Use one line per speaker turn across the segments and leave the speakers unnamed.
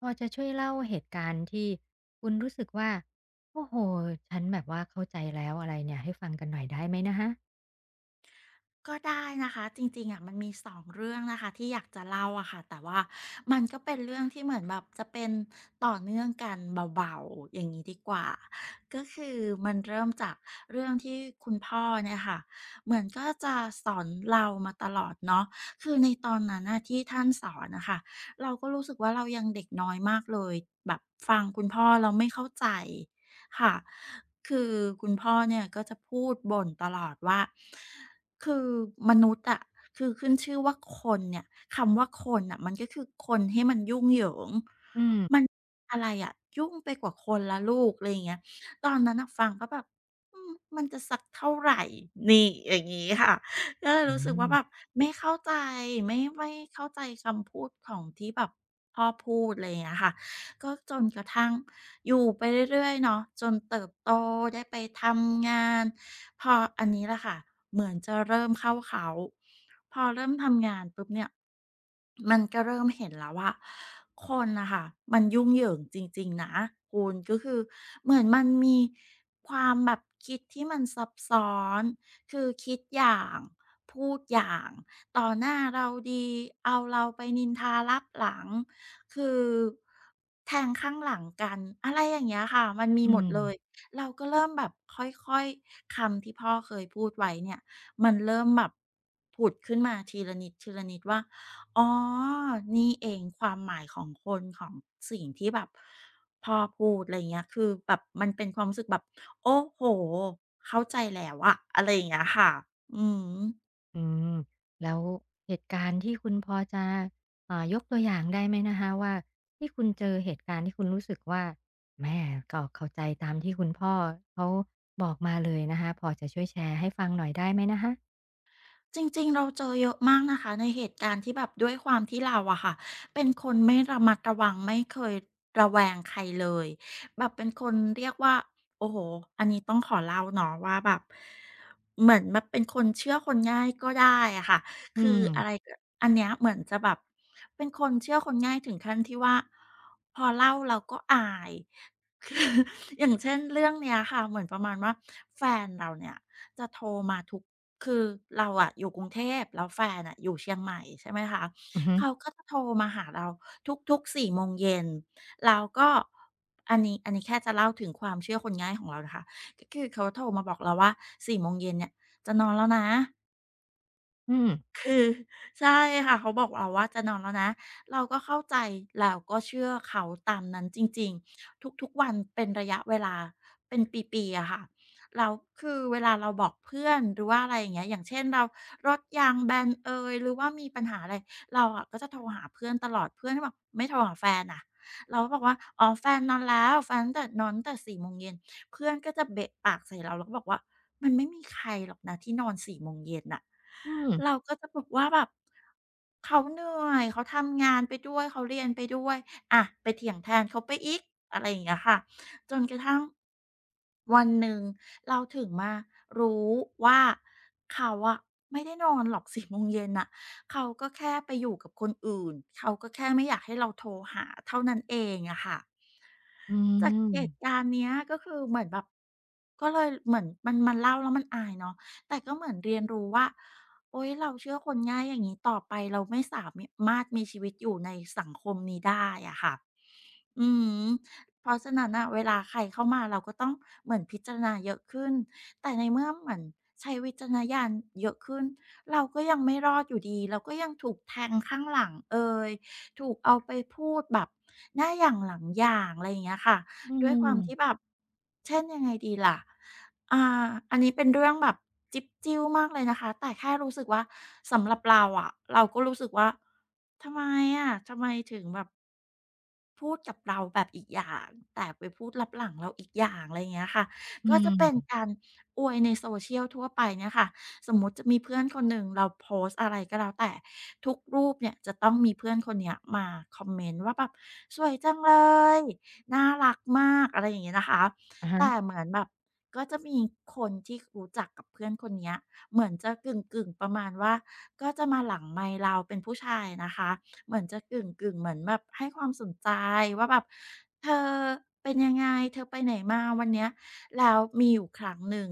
พอจะช่วยเล่าเหตุการณ์ที่คุณรู้สึกว่าโอ้โฮฉันแบบว่าเข้าใจแล้วอะไรเนี่ยให้ฟังกันหน่อยได้ไหมนะคะ
ก็ได้นะคะจริงๆอะมันมีสองเรื่องนะคะที่อยากจะเล่าอะค่ะแต่ว่ามันก็เป็นเรื่องที่เหมือนแบบจะเป็นต่อเนื่องกันเบาๆอย่างนี้ดีกว่าก็คือมันเริ่มจากเรื่องที่คุณพ่อเนี่ยค่ะเหมือนก็จะสอนเรามาตลอดเนาะคือในตอนนั้นน่ะที่ท่านสอนนะคะเราก็รู้สึกว่าเรายังเด็กน้อยมากเลยแบบฟังคุณพ่อเราไม่เข้าใจค่ะคือคุณพ่อเนี่ยก็จะพูดบ่นตลอดว่า คือมนุษย์อะคือขึ้นชื่อว่าคนเนี่ยคำว่าคนอ่ะมันก็คือคนให้มันยุ่งเหยิง
อืม
มันอะไรอะยุ่งไปกว่าคนละลูกอะไรอย่างเงี้ยตอนนั้นอะฟังก็แบบอืมมันจะสักเท่าไหร่นี่อย่างงี้ค่ะก็เลย
อื
รู้สึก
ม
ว่าแบบไม่เข้าใจไม่เข้าใจคำพูดของที่แบบพ่อพูดอะไรอย่างเงี้ยค่ะก็จนกระทั่งอยู่ไปเรื่อยๆเนาะจนเติบโตได้ไปทำงาน พออันนี้แหละค่ะเหมือนจะเริ่มเข้าเขาพอเริ่มทำงานปุ๊บเนี่ยมันก็เริ่มเห็นแล้วว่าคนนะคะมันยุ่งเหยิงจริงๆนะคุณก็คือเหมือนมันมีความแบบคิดที่มันซับซ้อนคือคิดอย่างพูดอย่างต่อหน้าเราดีเอาเราไปนินทารับหลังคือแทงข้างหลังกันอะไรอย่างเงี้ยค่ะมันมี
อื
หมดเลย
ม
เราก็เริ่มแบบค่อยๆคำที่พ่อเคยพูดไว้เนี่ยมันเริ่มแบบผุดขึ้นมาทีละนิดทีละนิดว่าอ๋อนี่เองความหมายของคนของสิ่งที่แบบพ่อพูดอะไรเงี้ยคือแบบมันเป็นความรู้สึกแบบโอ้โฮเข้าใจแล้วอะอะไรอย่างเงี้ยค่ะอืม
อืมแล้วเหตุการณ์ที่คุณพอจะยกตัวอย่างได้ไหมนะคะว่าที่คุณเจอเหตุการณ์ที่คุณรู้สึกว่าแหมก็เข้าใจตามที่คุณพ่อเขาบอกมาเลยนะคะพอจะช่วยแชร์ให้ฟังหน่อยได้ไหมนะคะ
จริงๆเราเจอเยอะมากนะคะในเหตุการณ์ที่แบบด้วยความที่เราอะค่ะเป็นคนไม่ระมัดระวังไม่เคยระแวงใครเลยแบบเป็นคนเรียกว่าโอ้โฮอันนี้ต้องขอเล่าเนาะว่าแบบเหมือนแบบเป็นคนเชื่อคนง่ายก็ได้อะค่ะ
อื
คืออะไร
ม
กอันเนี้ยเหมือนจะแบบเป็นคนเชื่อคนง่ายถึงขั้นที่ว่าพอเล่าเราก็อาย คือ อย่างเช่นเรื่องเนี้ยค่ะเหมือนประมาณว่าแฟนเราเนี่ยจะโทรมาทุกคือเราอะอยู่กรุงเทพแล้วแฟนอะอยู่เชียงใหม่ใช่ไหมคะ
อือฮึ
เขาก็จะโทรมาหาเราทุกๆ4โมงเย็นเราก็อันนี้แค่จะเล่าถึงความเชื่อคนง่ายของเรานะคะก็คือเขาโทรมาบอกเราว่าสี่โมงเย็นเนี่ยจะนอนแล้วนะ
อืม
คือใช่ค่ะเขาบอกเราว่าจะนอนแล้วนะเราก็เข้าใจแล้วก็เชื่อเขาตามนั้นจริงๆทุกๆวันเป็นระยะเวลาเป็นปีๆอะค่ะแล้วคือเวลาเราบอกเพื่อนหรือว่าอะไรอย่างเงี้ยอย่างเช่นเรารถยางแบนเอยหรือว่ามีปัญหาอะไรเราอะก็จะโทรหาเพื่อนตลอดเพื่อนก็บอกไม่โทรหาแฟนอะเราก็บอกว่าอ๋อแฟนนอนแล้วแฟนตั้งแต่นอนตั้งแต่4โมงเย็น เพื่อนก็จะเบะปากใส่เราแล้วก็บอกว่ามันไม่มีใครหรอกนะที่นอน4โมงเย็นน่ะ
อืม
เราก็จะบอกว่าแบบเขาเหนื่อยเขาทำงานไปด้วยเขาเรียนไปด้วยอะไปเถียงแทนเขาไปอีกอะไรอย่างเงี้ยค่ะจนกระทั่งวันหนึ่งเราถึงมารู้ว่าเขาอะไม่ได้นอนหรอกสี่โมงเย็นน่ะเขาก็แค่ไปอยู่กับคนอื่นเขาก็แค่ไม่อยากให้เราโทรหาเท่านั้นเองอะค่ะ
อื
จาก
ม
เหตุการณ์เนี้ยก็คือเหมือนแบบก็เลยเหมือนมันเล่าแล้วมันอายเนาะแต่ก็เหมือนเรียนรู้ว่าโอ๊ยเราเชื่อคนง่ายอย่างงี้ต่อไปเราไม่สามารถมีชีวิตอยู่ในสังคมนี้ได้อะค่ะ อืมเพราะฉะนั้นน่ะเวลาใครเข้ามาเราก็ต้องเหมือนพิจารณาเยอะขึ้นแต่ในเมื่อเหมือนใช้วิจารณญาณเยอะขึ้นเราก็ยังไม่รอดอยู่ดีเราก็ยังถูกแทงข้างหลังเอยถูกเอาไปพูดแบบหน้าอย่างหลังอย่างอะไรอย่างเงี้ยค่ะ
อื
ด้วยความ
ม
ที่แบบเช่นยังไงดีล่ะ อ่าอันนี้เป็นเรื่องแบบจิ๊บจิ้วมากเลยนะคะแต่แค่รู้สึกว่าสำหรับเราอะเราก็รู้สึกว่าทำไมทำไมถึงแบบพูดกับเราแบบอีกอย่างแต่ไปพูดลับหลังเราอีกอย่างอะไรอย่างเงี้ยค่ะ
อื
ก็จะเป็นกา
ม
รอวยใน social ทั่วไปเนี่ยค่ะสมมุติจะมีเพื่อนคนหนึ่งเราโพสต์อะไรก็แล้วแต่ทุกรูปเนี่ยจะต้องมีเพื่อนคนเนี้ยมาคอมเมนต์ว่าแบบสวยจังเลยน่ารักมากอะไรอย่างเงี้ยนะคะ
อะฮะ
แต่เหมือนแบบก็จะมีคนที่รู้จักกับเพื่อนคนเนี้ยเหมือนจะกึ่งๆประมาณว่าก็จะมาหลังไมค์เราเป็นผู้ชายนะคะ เหมือนจะกึ่งกึงเหมือนแบบให้ความสนใจว่าแบบเธอเป็นยังไงเธอไปไหนมาวันเนี้ยแล้วมีอยู่ครั้งหนึ่ง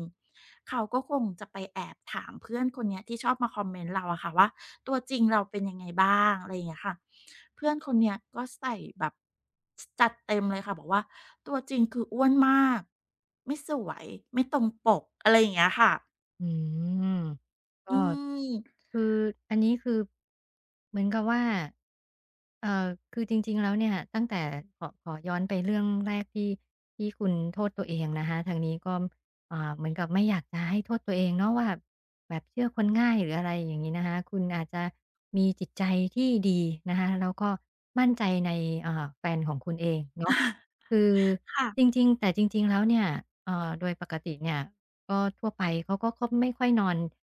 เขาก็คงจะไปแอบถามเพื่อนคนเนี้ยที่ชอบมาคอมเมนต์เราอะค่ะว่าตัวจริงเราเป็นยังไงบ้างอะไรอย่างเงี้ยค่ะเพื่อนคนเนี้ยก็ใส่แบบจัดเต็มเลยค่ะบอกว่าตัวจริงคืออ้วนมากไม่สวยไม่ตรงปกอะไรอย่างเงี้ยค่ะ
อืมก็
อืม
คืออันนี้คือเหมือนกับว่าเอ่อคือจริงๆแล้วเนี่ยตั้งแต่ขอย้อนไปเรื่องแรกที่คุณโทษตัวเองนะคะทางนี้ก็เหมือนกับไม่อยากจะให้โทษตัวเองเนาะว่าแบบเชื่อคนง่ายหรืออะไรอย่างงี้นะคะคุณอาจจะมีจิตใจที่ดีนะคะแล้วก็มั่นใจในแฟนของคุณเองเนาะคือจ
ค่ะ
ริงๆแต่จริงๆแล้วเนี่ยโดยปกติเนี่ย ก็ทั่วไปเขาก็ไม่ค่อยนอน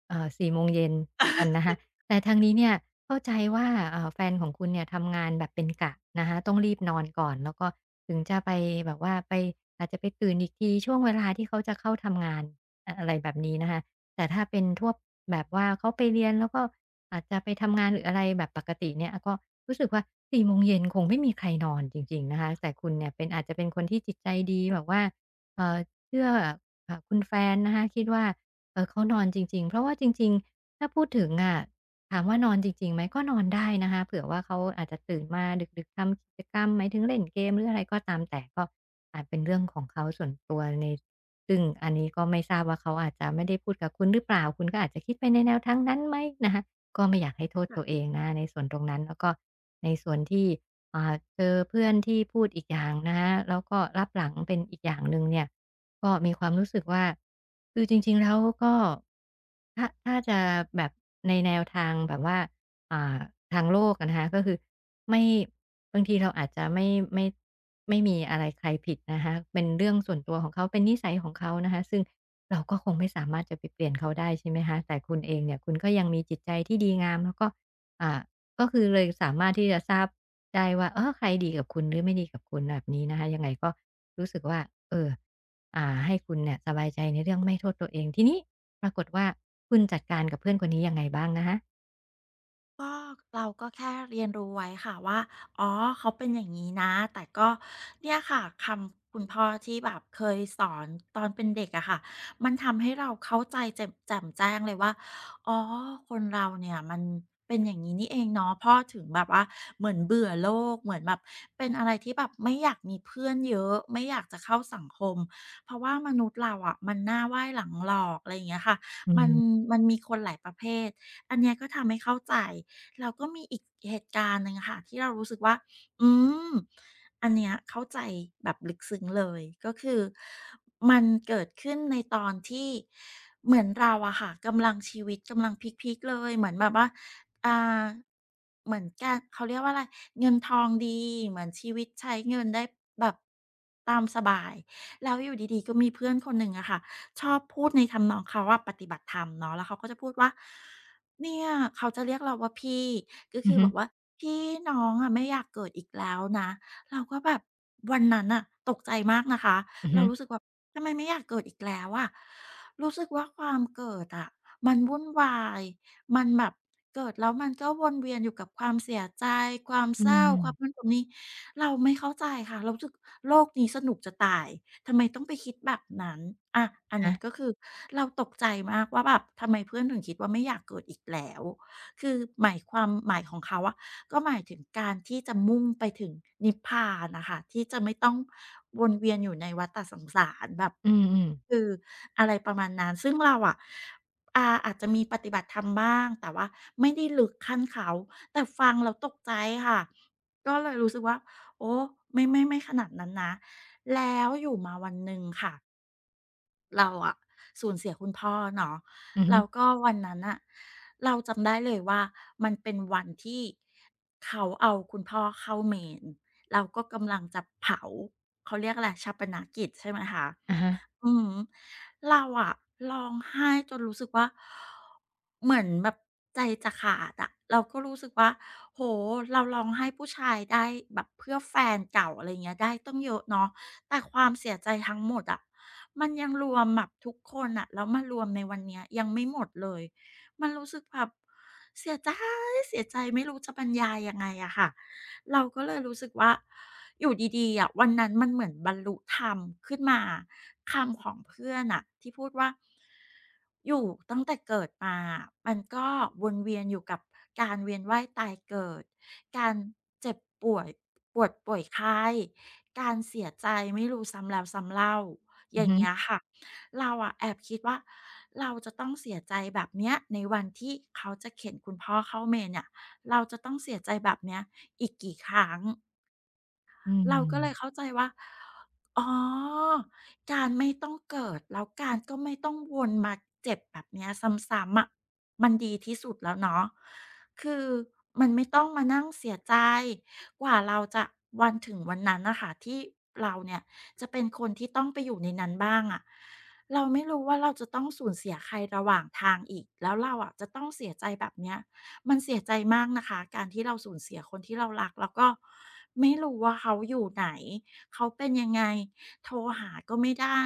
4โมงเย็นกันนะคะแต่ทางนี้เนี่ยเข้าใจว่าแฟนของคุณเนี่ยทำงานแบบเป็นกะนะคะต้องรีบนอนก่อนแล้วก็ถึงจะไปแบบว่าไปอาจจะไปตื่นอีกทีช่วงเวลาที่เขาจะเข้าทำงานอะอะไรแบบนี้นะคะแต่ถ้าเป็นทั่วแบบว่าเขาไปเรียนแล้วก็อาจจะไปทำงานหรืออะไรแบบปกติเนี่ยก็รู้สึกว่า4โมงเย็นคงไม่มีใครนอนจริงๆนะคะแต่คุณเนี่ยเป็นอาจจะเป็นคนที่จิตใจดีแบบว่าเอ่อเชื่อ ค่ะคุณแฟนนะคะคิดว่าเขานอนจริงๆเพราะว่าจริงๆถ้าพูดถึงอะถามว่านอนจริงๆไหมก็นอนได้นะคะเผื่อว่าเขาอาจจะตื่นมาดึกๆทำกิจกรรมหมายถึงเล่นเกมหรืออะไรก็ตามแต่ก็อาจเป็นเรื่องของเขาส่วนตัวในซึ่งอันนี้ก็ไม่ทราบว่าเขาอาจจะไม่ได้พูดกับคุณหรือเปล่าคุณก็อาจจะคิดไปในแนวทางนั้นไหมนะคะก็ไม่อยากให้โทษตัวเองนะะในส่วนตรงนั้นแล้วก็ในส่วนที่เจอเพื่อนที่พูดอีกอย่างนะคะแล้วก็รับหลังเป็นอีกอย่างหนึ่งเนี่ย ก็มีความรู้สึกว่าคือจริงๆแล้วก็ถ้าจะแบบในแนวทางแบบว่าอ่าทางโลกอะนะคะก็คือไม่บางทีเราอาจจะไม่ไม่มีอะไรใครผิดนะคะเป็นเรื่องส่วนตัวของเขาเป็นนิสัยของเขานะคะซึ่งเราก็คงไม่สามารถจะไปเปลี่ยนเขาได้ใช่ไหมคะแต่คุณเองเนี่ยคุณก็ยังมีจิตใจที่ดีงามแล้วก็อ่าก็คือเลยสามารถที่จะทราบได้ว่าเออใครดีกับคุณหรือไม่ดีกับคุณแบบนี้นะคะยังไงก็รู้สึกว่าเออ อ่าให้คุณเนี่ยสบายใจในเรื่องไม่โทษตัวเองทีนี้ปรากฏว่าคุณจัดการกับเพื่อนคนนี้ยังไงบ้างนะคะ
ก็เราก็แค่เรียนรู้ไว้ค่ะว่าอ๋อเขาเป็นอย่างงี้นะแต่ก็เนี่ยค่ะคำคุณพ่อที่แบบเคยสอนตอนเป็นเด็กอะค่ะมันทำให้เราเข้าใจแจ่มแจ้งเลยว่าอ๋อคนเราเนี่ยมันเป็นอย่างนี้นี่เองเนาะพ่อถึงแบบว่าเหมือนเบื่อโลกเหมือนแบบเป็นอะไรที่แบบไม่อยากมีเพื่อนเยอะไม่อยากจะเข้าสังคมเพราะว่ามนุษย์เราอะมันหน้าไหว้หลังหลอกอะไรอย่างเงี้ยค่ะ
อื
มัน
ม
มันมีคนหลายประเภทอันเนี้ยก็ทำให้เข้าใจ แล้วก็มีอีกเหตุการณ์หนึ่งค่ะที่เรารู้สึกว่า อืม อันเนี้ยเข้าใจแบบลึกซึ้งเลยก็คือมันเกิดขึ้นในตอนที่เหมือนเราอะค่ะกำลังชีวิตกำลังพีกๆเลยเหมือนแบบว่าอ่าเหมือนการเขาเรียกว่าอะไรเงินทองดีเหมือนชีวิตใช้เงินได้แบบตามสบายแล้วอยู่ดีๆก็มีเพื่อนคนหนึ่งอะค่ะ ชอบพูดในทำนองเขาว่าปฏิบัติธรรมเนาะแล้วเขาก็จะพูดว่าเนี่ยเขาจะเรียกเราว่าพี่ก็
อื
คื
อ
อ
ฮึ
บอกว่าพี่น้องอะไม่อยากเกิดอีกแล้วนะเราก็แบบวันนั้นน่ะตกใจมากนะคะ
อือ
เรา
ฮึ
รู้สึกแบบทำไมไม่อยากเกิดอีกแล้วอะรู้สึกว่าความเกิดอะมันวุ่นวายมันแบบเกิดแล้วมันก็วนเวียนอยู่กับความเสียใจความ
อื
เศร้าความนั่น
ม
ความนี้เราไม่เข้าใจค่ะเรารู้สึกโลกนี้สนุกจะตาย ทำไมต้องไปคิดแบบนั้นอะอัน
อะฮะ
เนี้ยก็คือเราตกใจมากว่าแบบทำไมเพื่อนถึงคิดว่าไม่อยากเกิดอีกแล้ว คือหมายความหมายของเขาอะก็หมายถึงการที่จะมุ่งไปถึงนิพพานนะคะที่จะไม่ต้องวนเวียนอยู่ในวัฏสงสารแบบ
อืม
คื
ๆ
ออะไรประมาณนั้นซึ่งเราอะอาจจะมีปฏิบัติธรรมบ้างแต่ว่าไม่ได้ลึกขั้นเขาแต่ฟังเราตกใจค่ะก็เลยรู้สึกว่าโอ้ไม่ขนาดนั้นนะ แล้วอยู่มาวันหนึ่งค่ะเราอะสูญเสียคุณพ่อเนาะ
อือฮึ
แล้วก็วันนั้นน่ะเราจำได้เลยว่ามันเป็นวันที่เขาเอาคุณพ่อเข้าเมนแล้วก็กำลังจะเผาเขาเรียกอะไรฌาปนกิจใช่ไหมคะ
อะฮะ
อืมเราอะร้องไห้จนรู้สึกว่าเหมือนแบบใจจะขาดอะเราก็รู้สึกว่าโอ้โฮเราร้องไห้ผู้ชายได้แบบเพื่อแฟนเก่าอะไรเงี้ยได้ตั้งเยอะเนาะแต่ความเสียใจทั้งหมดอะมันยังรวมแบบทุกคนอะแล้วมารวมในวันเนี้ยยังไม่หมดเลยมันรู้สึกแบบเสียใจเสียใจไม่รู้จะบรรยายยังไงอะค่ะ เราก็เลยรู้สึกว่าอยู่ดีๆอ่ะวันนั้นมันเหมือนบรรลุธรรมขึ้นมาคำของเพื่อนอ่ะที่พูดว่าอยู่ตั้งแต่เกิดมามันก็วนเวียนอยู่กับการเวียนว่ายตายเกิดการเจ็บป่วยปวดป่วยไข้การเสียใจไม่รู้ซ้ำแล้วซ้ำเล่าอ
อือ
ย่าง
ฮึ
เงี้ยค่ะเราอะแอบคิดว่าเราจะต้องเสียใจแบบเนี้ยในวันที่เขาจะเข็นคุณพ่อเข้าเมนเนี่ย เราจะต้องเสียใจแบบเนี้ยอีกกี่ครั้ง
อื
เราก็เลยเข้า
ม
ใจว่าอ๋อการไม่ต้องเกิดแล้วการก็ไม่ต้องวนมาเจ็บแบบเนี้ยซ้ำๆอะมันดีที่สุดแล้วเนาะคือมันไม่ต้องมานั่งเสียใจกว่าเราจะวันถึงวันนั้นน่ะค่ะที่เราเนี่ยจะเป็นคนที่ต้องไปอยู่ในนั้นบ้างอะเราไม่รู้ว่าเราจะต้องสูญเสียใครระหว่างทางอีก แล้วเราอะจะต้องเสียใจแบบเนี้ย มันเสียใจมากนะคะการที่เราสูญเสียคนที่เรารักแล้วก็ไม่รู้ว่าเขาอยู่ไหนเขาเป็นยังไงโทรหาก็ไม่ได้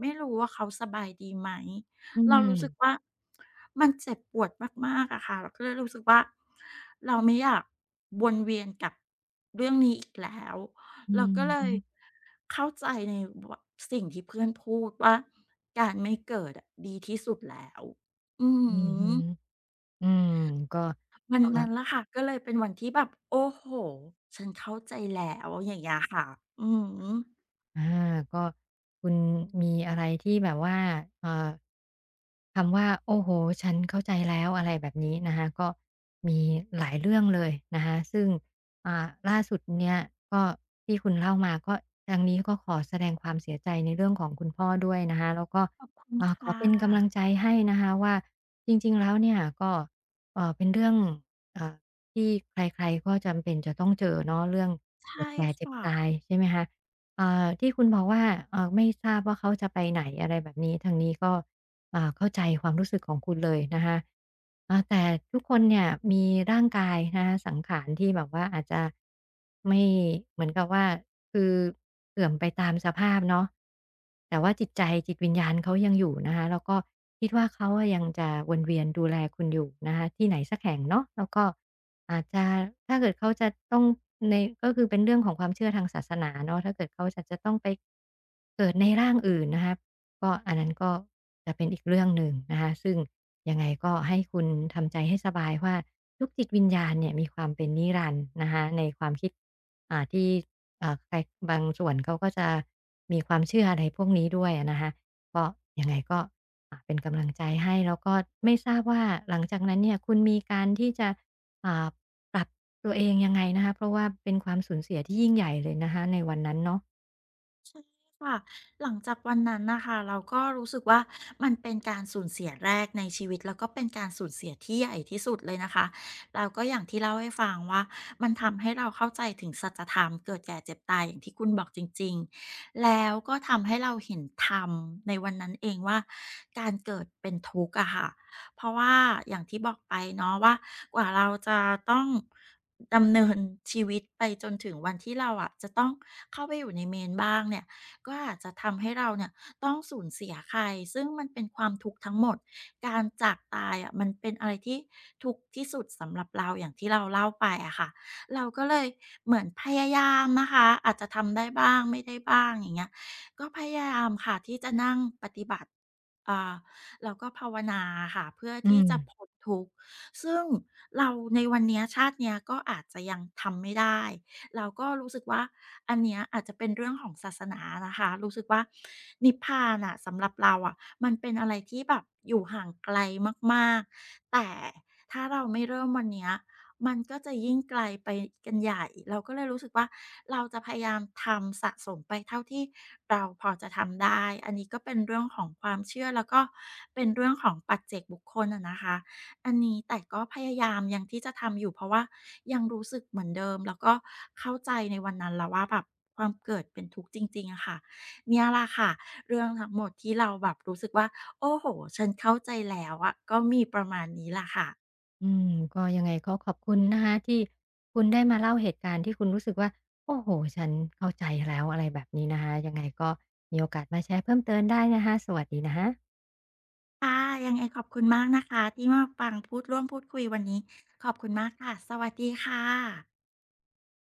ไม่รู้ว่าเขาสบายดีไหม
อื
เรา
ม
รู้สึกว่ามันเจ็บปวดมากๆอะค่ะเราก็เลยรู้สึกว่าเราไม่อยากวนเวียนกับเรื่องนี้อีกแล้ว
อื
เราก็เลย
อ
เข้าใจในวสิ่งที่เพื่อนพูดว่าการไม่เกิดอะดีที่สุดแล้วอือฮ
อือฮึ
ึ
อือฮึอืมก็
วัน
เอ่อ
นั้นล่ะค่ะก็เลยเป็นวันที่แบบโอ้โฮฉันเข้าใจแล้วอย่างเงี้ยค่ะอือฮึ
อาก็คุณมีอะไรที่แบบว่าเอ่อคำว่าโอ้โฮฉันเข้าใจแล้วอะไรแบบนี้นะคะก็มีหลายเรื่องเลยนะคะซึ่งอ่าล่าสุดเนี่ยก็ที่คุณเล่ามาก็ทางนี้ก็ขอแสดงความเสียใจในเรื่องของคุณพ่อด้วยนะคะแล้วก็
ขอบคุณ
ขอ
ค่ะ
เป็นกำลังใจให้นะคะว่าจริงๆแล้วเนี่ยก็เป็นเรื่องเอ่อที่ใครๆก็จำเป็นจะต้องเจอเนาะเรื่อง
ใช่
เกิดแก่เจ็บ
ค่ะ
ตายใช่ไหมคะ เอ่ที่คุณบอกว่าไม่ทราบว่าเขาจะไปไหนอะไรแบบนี้ทางนี้ก็ เข้าใจความรู้สึกของคุณเลยนะคะแต่ทุกคนเนี่ยมีร่างกายนะคะสังขารที่แบบว่าอาจจะไม่เหมือนกับว่าคือเสื่อมไปตามสภาพเนาะแต่ว่าจิตใจจิตวิญญาณเขายังอยู่นะคะแล้วก็คิดว่าเขาอะยังจะวนเวียนดูแลคุณอยู่นะคะที่ไหนสักแห่งเนาะแล้วก็อาจจะถ้าเกิดเขาจะต้องในก็คือเป็นเรื่องของความเชื่อทางศาสนาเนาะถ้าเกิดเขาจะต้องไปเกิดในร่างอื่นนะคะ ก็อันนั้นก็จะเป็นอีกเรื่องหนึ่งนะคะซึ่งยังไงก็ให้คุณทำใจให้สบายว่าทุกจิตวิญญาณเนี่ยมีความเป็นนิรันดร์นะคะในความคิดที่ใครบางส่วนเขาก็จะมีความเชื่ออะไรพวกนี้ด้วยอะนะคะก็ยังไงก็เป็นกำลังใจให้แล้วก็ไม่ทราบว่าหลังจากนั้นเนี่ยคุณมีการที่จะอ่าปรับตัวเองยังไงนะคะเพราะว่าเป็นความสูญเสียที่ยิ่งใหญ่เลยนะคะในวันนั้นเนาะ
ค่ะหลังจากวันนั้นนะคะเราก็รู้สึกว่ามันเป็นการสูญเสียแรกในชีวิตแล้วก็เป็นการสูญเสียที่ใหญ่ที่สุดเลยนะคะแล้วก็อย่างที่เล่าให้ฟังว่ามันทำให้เราเข้าใจถึงสัจธรรมเกิดแก่เจ็บตายอย่างที่คุณบอกจริงๆแล้วก็ทำให้เราเห็นธรรมในวันนั้นเองว่าการเกิดเป็นทุกข์อะค่ะเพราะว่าอย่างที่บอกไปเนาะว่ากว่าเราจะต้องดำเนินชีวิตไปจนถึงวันที่เราอะจะต้องเข้าไปอยู่ในเมนบ้างเนี่ย ก็อาจจะทำให้เราเนี่ยต้องสูญเสียใครซึ่งมันเป็นความทุกข์ทั้งหมดการจากตายอะมันเป็นอะไรที่ทุกข์ที่สุดสำหรับเราอย่างที่เราเล่าไปอะค่ะเราก็เลยเหมือนพยายามนะคะอาจจะทำได้บ้างไม่ได้บ้างอย่างเงี้ยก็พยายามค่ะที่จะนั่งปฏิบัติอ่าแล้วก็ภาวนาค่ะเพื่อ
อื
ที่จะ
ม
พ้นทุกข์ซึ่งเราในวันเนี้ยชาติเนี้ยก็อาจจะยังทำไม่ได้ เราก็รู้สึกว่าอันเนี้ยอาจจะเป็นเรื่องของศาสนานะคะรู้สึกว่านิพพานอ่ะสำหรับเราอะมันเป็นอะไรที่แบบอยู่ห่างไกลมากๆแต่ถ้าเราไม่เริ่มวันเนี้ยมันก็จะยิ่งไกลไปกันใหญ่เราก็เลยรู้สึกว่าเราจะพยายามทำสะสมไปเท่าที่เราพอจะทำได้อันนี้ก็เป็นเรื่องของความเชื่อแล้วก็เป็นเรื่องของปัจเจกบุคคลอะนะคะ อันนี้แต่ก็พยายามยังที่จะทำอยู่เพราะว่ายังรู้สึกเหมือนเดิมแล้วก็เข้าใจในวันนั้นแล้วว่าแบบความเกิดเป็นทุกข์จริงๆอะค่ะเนี่ยล่ะค่ะเรื่องทั้งหมดที่เราแบบรู้สึกว่าโอ้โฮฉันเข้าใจแล้วอะก็มีประมาณนี้ล่ะค่ะ
อืมก็ยังไงก็ขอบคุณนะคะที่คุณได้มาเล่าเหตุการณ์ที่คุณรู้สึกว่าโอ้โฮฉันเข้าใจแล้วอะไรแบบนี้นะคะยังไงก็มีโอกาสมาแชร์เพิ่มเติมได้นะคะสวัสดีนะคะ
ค่ะยังไงขอบคุณมากนะคะที่มาฟังพูดร่วมพูดคุยวันนี้ขอบคุณมากค่ะสวัสดีค่ะ